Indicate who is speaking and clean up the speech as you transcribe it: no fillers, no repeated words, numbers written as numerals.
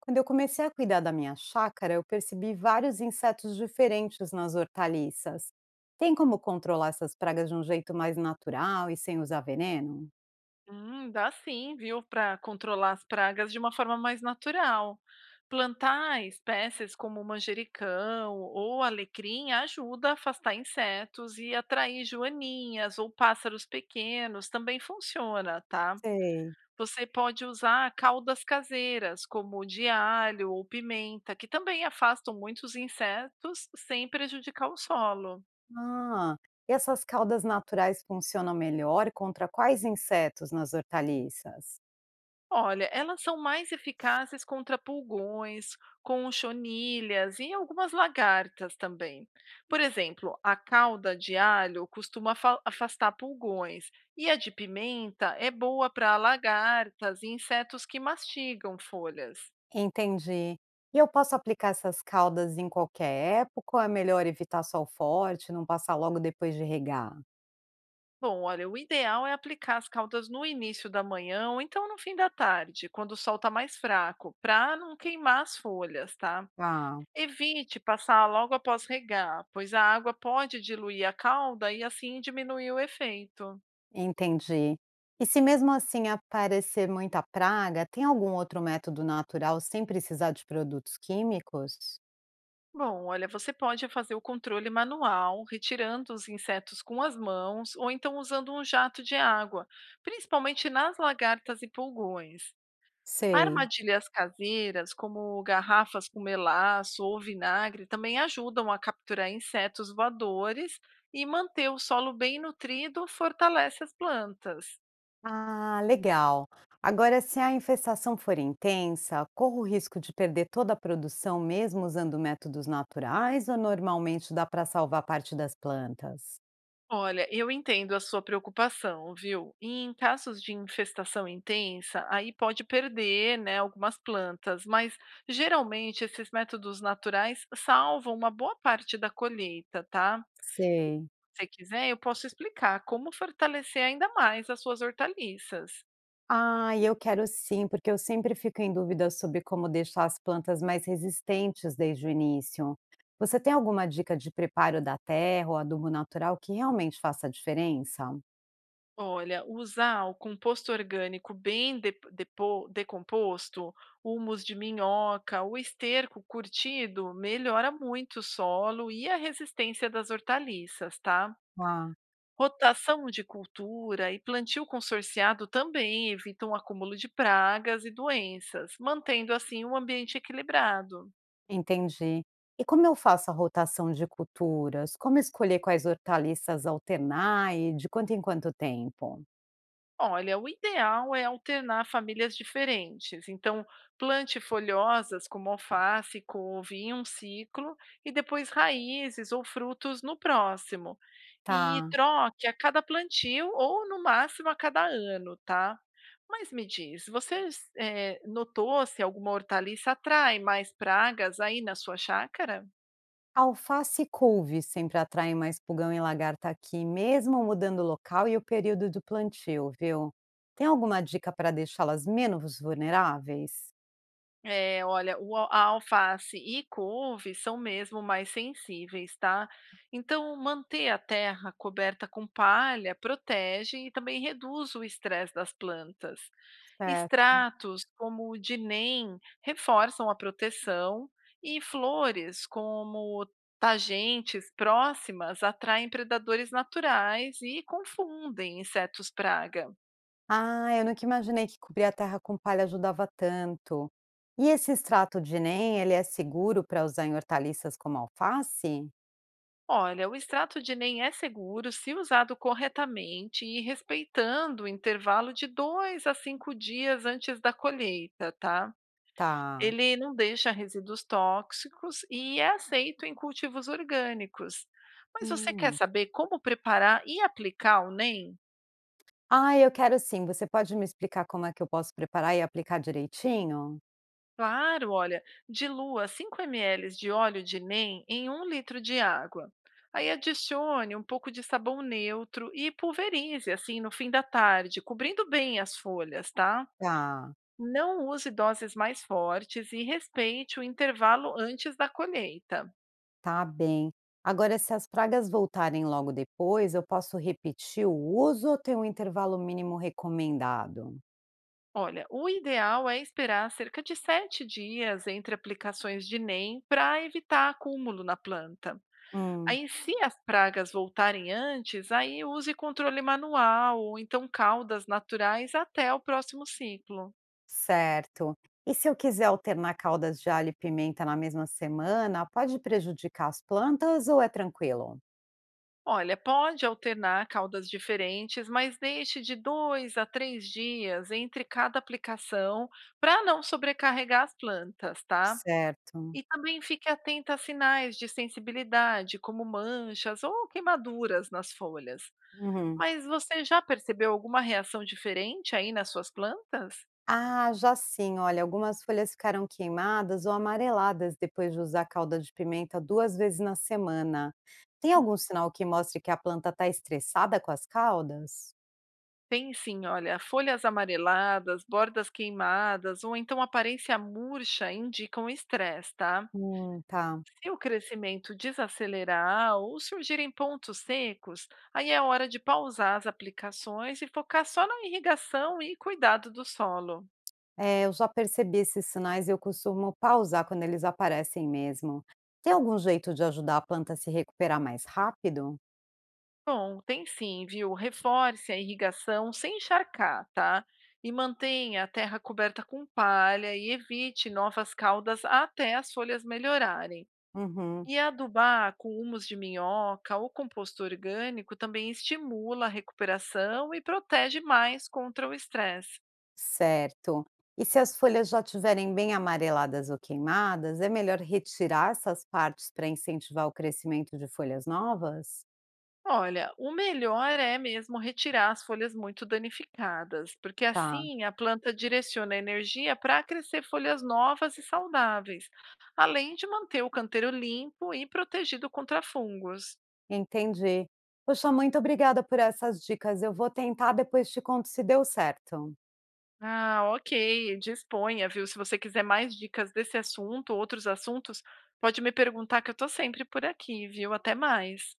Speaker 1: Quando eu comecei a cuidar da minha chácara, eu percebi vários insetos diferentes nas hortaliças. Tem como controlar essas pragas de um jeito mais natural e sem usar veneno?
Speaker 2: Dá sim, viu, para controlar as pragas de uma forma mais natural. Plantar espécies como manjericão ou alecrim ajuda a afastar insetos e atrair joaninhas ou pássaros pequenos, também funciona, tá?
Speaker 1: Sei.
Speaker 2: Você pode usar caudas caseiras, como de alho ou pimenta, que também afastam muitos insetos sem prejudicar o solo.
Speaker 1: Ah, e essas caudas naturais funcionam melhor contra quais insetos nas hortaliças?
Speaker 2: Olha, elas são mais eficazes contra pulgões, conchonilhas e algumas lagartas também. Por exemplo, a calda de alho costuma afastar pulgões e a de pimenta é boa para lagartas e insetos que mastigam folhas.
Speaker 1: Entendi. E eu posso aplicar essas caudas em qualquer época ou é melhor evitar sol forte, não passar logo depois de regar?
Speaker 2: Bom, olha, o ideal é aplicar as caldas no início da manhã ou então no fim da tarde, quando o sol está mais fraco, para não queimar as folhas, tá?
Speaker 1: Ah.
Speaker 2: Evite passar logo após regar, pois a água pode diluir a calda e assim diminuir o efeito.
Speaker 1: Entendi. E se mesmo assim aparecer muita praga, tem algum outro método natural sem precisar de produtos químicos?
Speaker 2: Bom, olha, você pode fazer o controle manual, retirando os insetos com as mãos ou então usando um jato de água, principalmente nas lagartas e pulgões.
Speaker 1: Sei.
Speaker 2: Armadilhas caseiras, como garrafas com melaço ou vinagre, também ajudam a capturar insetos voadores e manter o solo bem nutrido fortalece as plantas.
Speaker 1: Ah, legal. Agora, se a infestação for intensa, corro o risco de perder toda a produção mesmo usando métodos naturais ou normalmente dá para salvar parte das plantas?
Speaker 2: Olha, eu entendo a sua preocupação, viu? E em casos de infestação intensa, aí pode perder, né, algumas plantas, mas geralmente esses métodos naturais salvam uma boa parte da colheita, tá?
Speaker 1: Sei.
Speaker 2: Se quiser, eu posso explicar como fortalecer ainda mais as suas hortaliças.
Speaker 1: Ah, eu quero sim, porque eu sempre fico em dúvida sobre como deixar as plantas mais resistentes desde o início. Você tem alguma dica de preparo da terra ou adubo natural que realmente faça diferença?
Speaker 2: Olha, usar o composto orgânico bem decomposto, humus de minhoca, o esterco curtido, melhora muito o solo e a resistência das hortaliças, tá?
Speaker 1: Ah.
Speaker 2: Rotação de cultura e plantio consorciado também evitam o acúmulo de pragas e doenças, mantendo assim o ambiente equilibrado.
Speaker 1: Entendi. E como eu faço a rotação de culturas? Como escolher quais hortaliças alternar e de quanto em quanto tempo?
Speaker 2: Olha, o ideal é alternar famílias diferentes. Então, plante folhosas como alface, couve em um ciclo e depois raízes ou frutos no próximo. E
Speaker 1: Tá.
Speaker 2: troque a cada plantio ou no máximo a cada ano, tá? Mas me diz, você notou se alguma hortaliça atrai mais pragas aí na sua chácara?
Speaker 1: Alface e couve sempre atraem mais pulgão e lagarta aqui, mesmo mudando o local e o período do plantio, viu? Tem alguma dica para deixá-las menos vulneráveis?
Speaker 2: É, olha, a alface e couve são mesmo mais sensíveis, tá? Então, manter a terra coberta com palha protege e também reduz o estresse das plantas.
Speaker 1: Certo.
Speaker 2: Extratos como o de NEM reforçam a proteção e flores como tagentes próximas atraem predadores naturais e confundem insetos praga.
Speaker 1: Ah, eu nunca imaginei que cobrir a terra com palha ajudava tanto. E esse extrato de NEM, ele é seguro para usar em hortaliças como alface?
Speaker 2: Olha, o extrato de NEM é seguro se usado corretamente e respeitando o intervalo de 2 a 5 dias antes da colheita, tá?
Speaker 1: Tá.
Speaker 2: Ele não deixa resíduos tóxicos e é aceito em cultivos orgânicos. Mas você quer
Speaker 1: Hum.
Speaker 2: saber como preparar e aplicar o NEM?
Speaker 1: Ah, eu quero sim. Você pode me explicar como é que eu posso preparar e aplicar direitinho?
Speaker 2: Claro, olha, dilua 5 ml de óleo de NEM em um litro de água. Aí adicione um pouco de sabão neutro e pulverize assim no fim da tarde, cobrindo bem as folhas, tá?
Speaker 1: Tá.
Speaker 2: Não use doses mais fortes e respeite o intervalo antes da colheita.
Speaker 1: Tá bem. Agora, se as pragas voltarem logo depois, eu posso repetir o uso ou tem um intervalo mínimo recomendado?
Speaker 2: Olha, o ideal é esperar cerca de 7 dias entre aplicações de NEM para evitar acúmulo na planta.
Speaker 1: Hum,
Speaker 2: Aí se as pragas voltarem antes, aí use controle manual ou então caudas naturais até o próximo ciclo.
Speaker 1: certo. E se eu quiser alternar caldas de alho e pimenta na mesma semana, pode prejudicar as plantas ou é tranquilo?
Speaker 2: Olha, pode alternar caudas diferentes, mas deixe de 2 a 3 dias entre cada aplicação para não sobrecarregar as plantas, tá?
Speaker 1: Certo.
Speaker 2: E também fique atenta a sinais de sensibilidade, como manchas ou queimaduras nas folhas.
Speaker 1: Uhum.
Speaker 2: Mas você já percebeu alguma reação diferente aí nas suas plantas?
Speaker 1: Ah, já sim. Olha, algumas folhas ficaram queimadas ou amareladas depois de usar calda de pimenta duas vezes na semana. Tem algum sinal que mostre que a planta está estressada com as caldas?
Speaker 2: Tem sim, olha, folhas amareladas, bordas queimadas ou então aparência murcha indicam estresse, tá?
Speaker 1: Tá.
Speaker 2: Se o crescimento desacelerar ou surgirem pontos secos, aí é hora de pausar as aplicações e focar só na irrigação e cuidado do solo.
Speaker 1: É, eu já percebi esses sinais e eu costumo pausar quando eles aparecem mesmo. Tem algum jeito de ajudar a planta a se recuperar mais rápido?
Speaker 2: Bom, tem sim, viu? Reforce a irrigação sem encharcar, tá? E mantenha a terra coberta com palha e evite novas caudas até as folhas melhorarem.
Speaker 1: Uhum,
Speaker 2: E adubar com humus de minhoca ou composto orgânico também estimula a recuperação e protege mais contra o estresse.
Speaker 1: certo. E se as folhas já estiverem bem amareladas ou queimadas, é melhor retirar essas partes para incentivar o crescimento de folhas novas?
Speaker 2: Olha, o melhor é mesmo retirar as folhas muito danificadas, porque
Speaker 1: Tá,
Speaker 2: assim a planta direciona a energia para crescer folhas novas e saudáveis, além de manter o canteiro limpo e protegido contra fungos.
Speaker 1: entendi. Poxa, muito obrigada por essas dicas. Eu vou tentar, depois te conto se deu certo.
Speaker 2: Ah, ok, disponha, viu? Se você quiser mais dicas desse assunto, outros assuntos, pode me perguntar que eu tô sempre por aqui, viu? Até mais.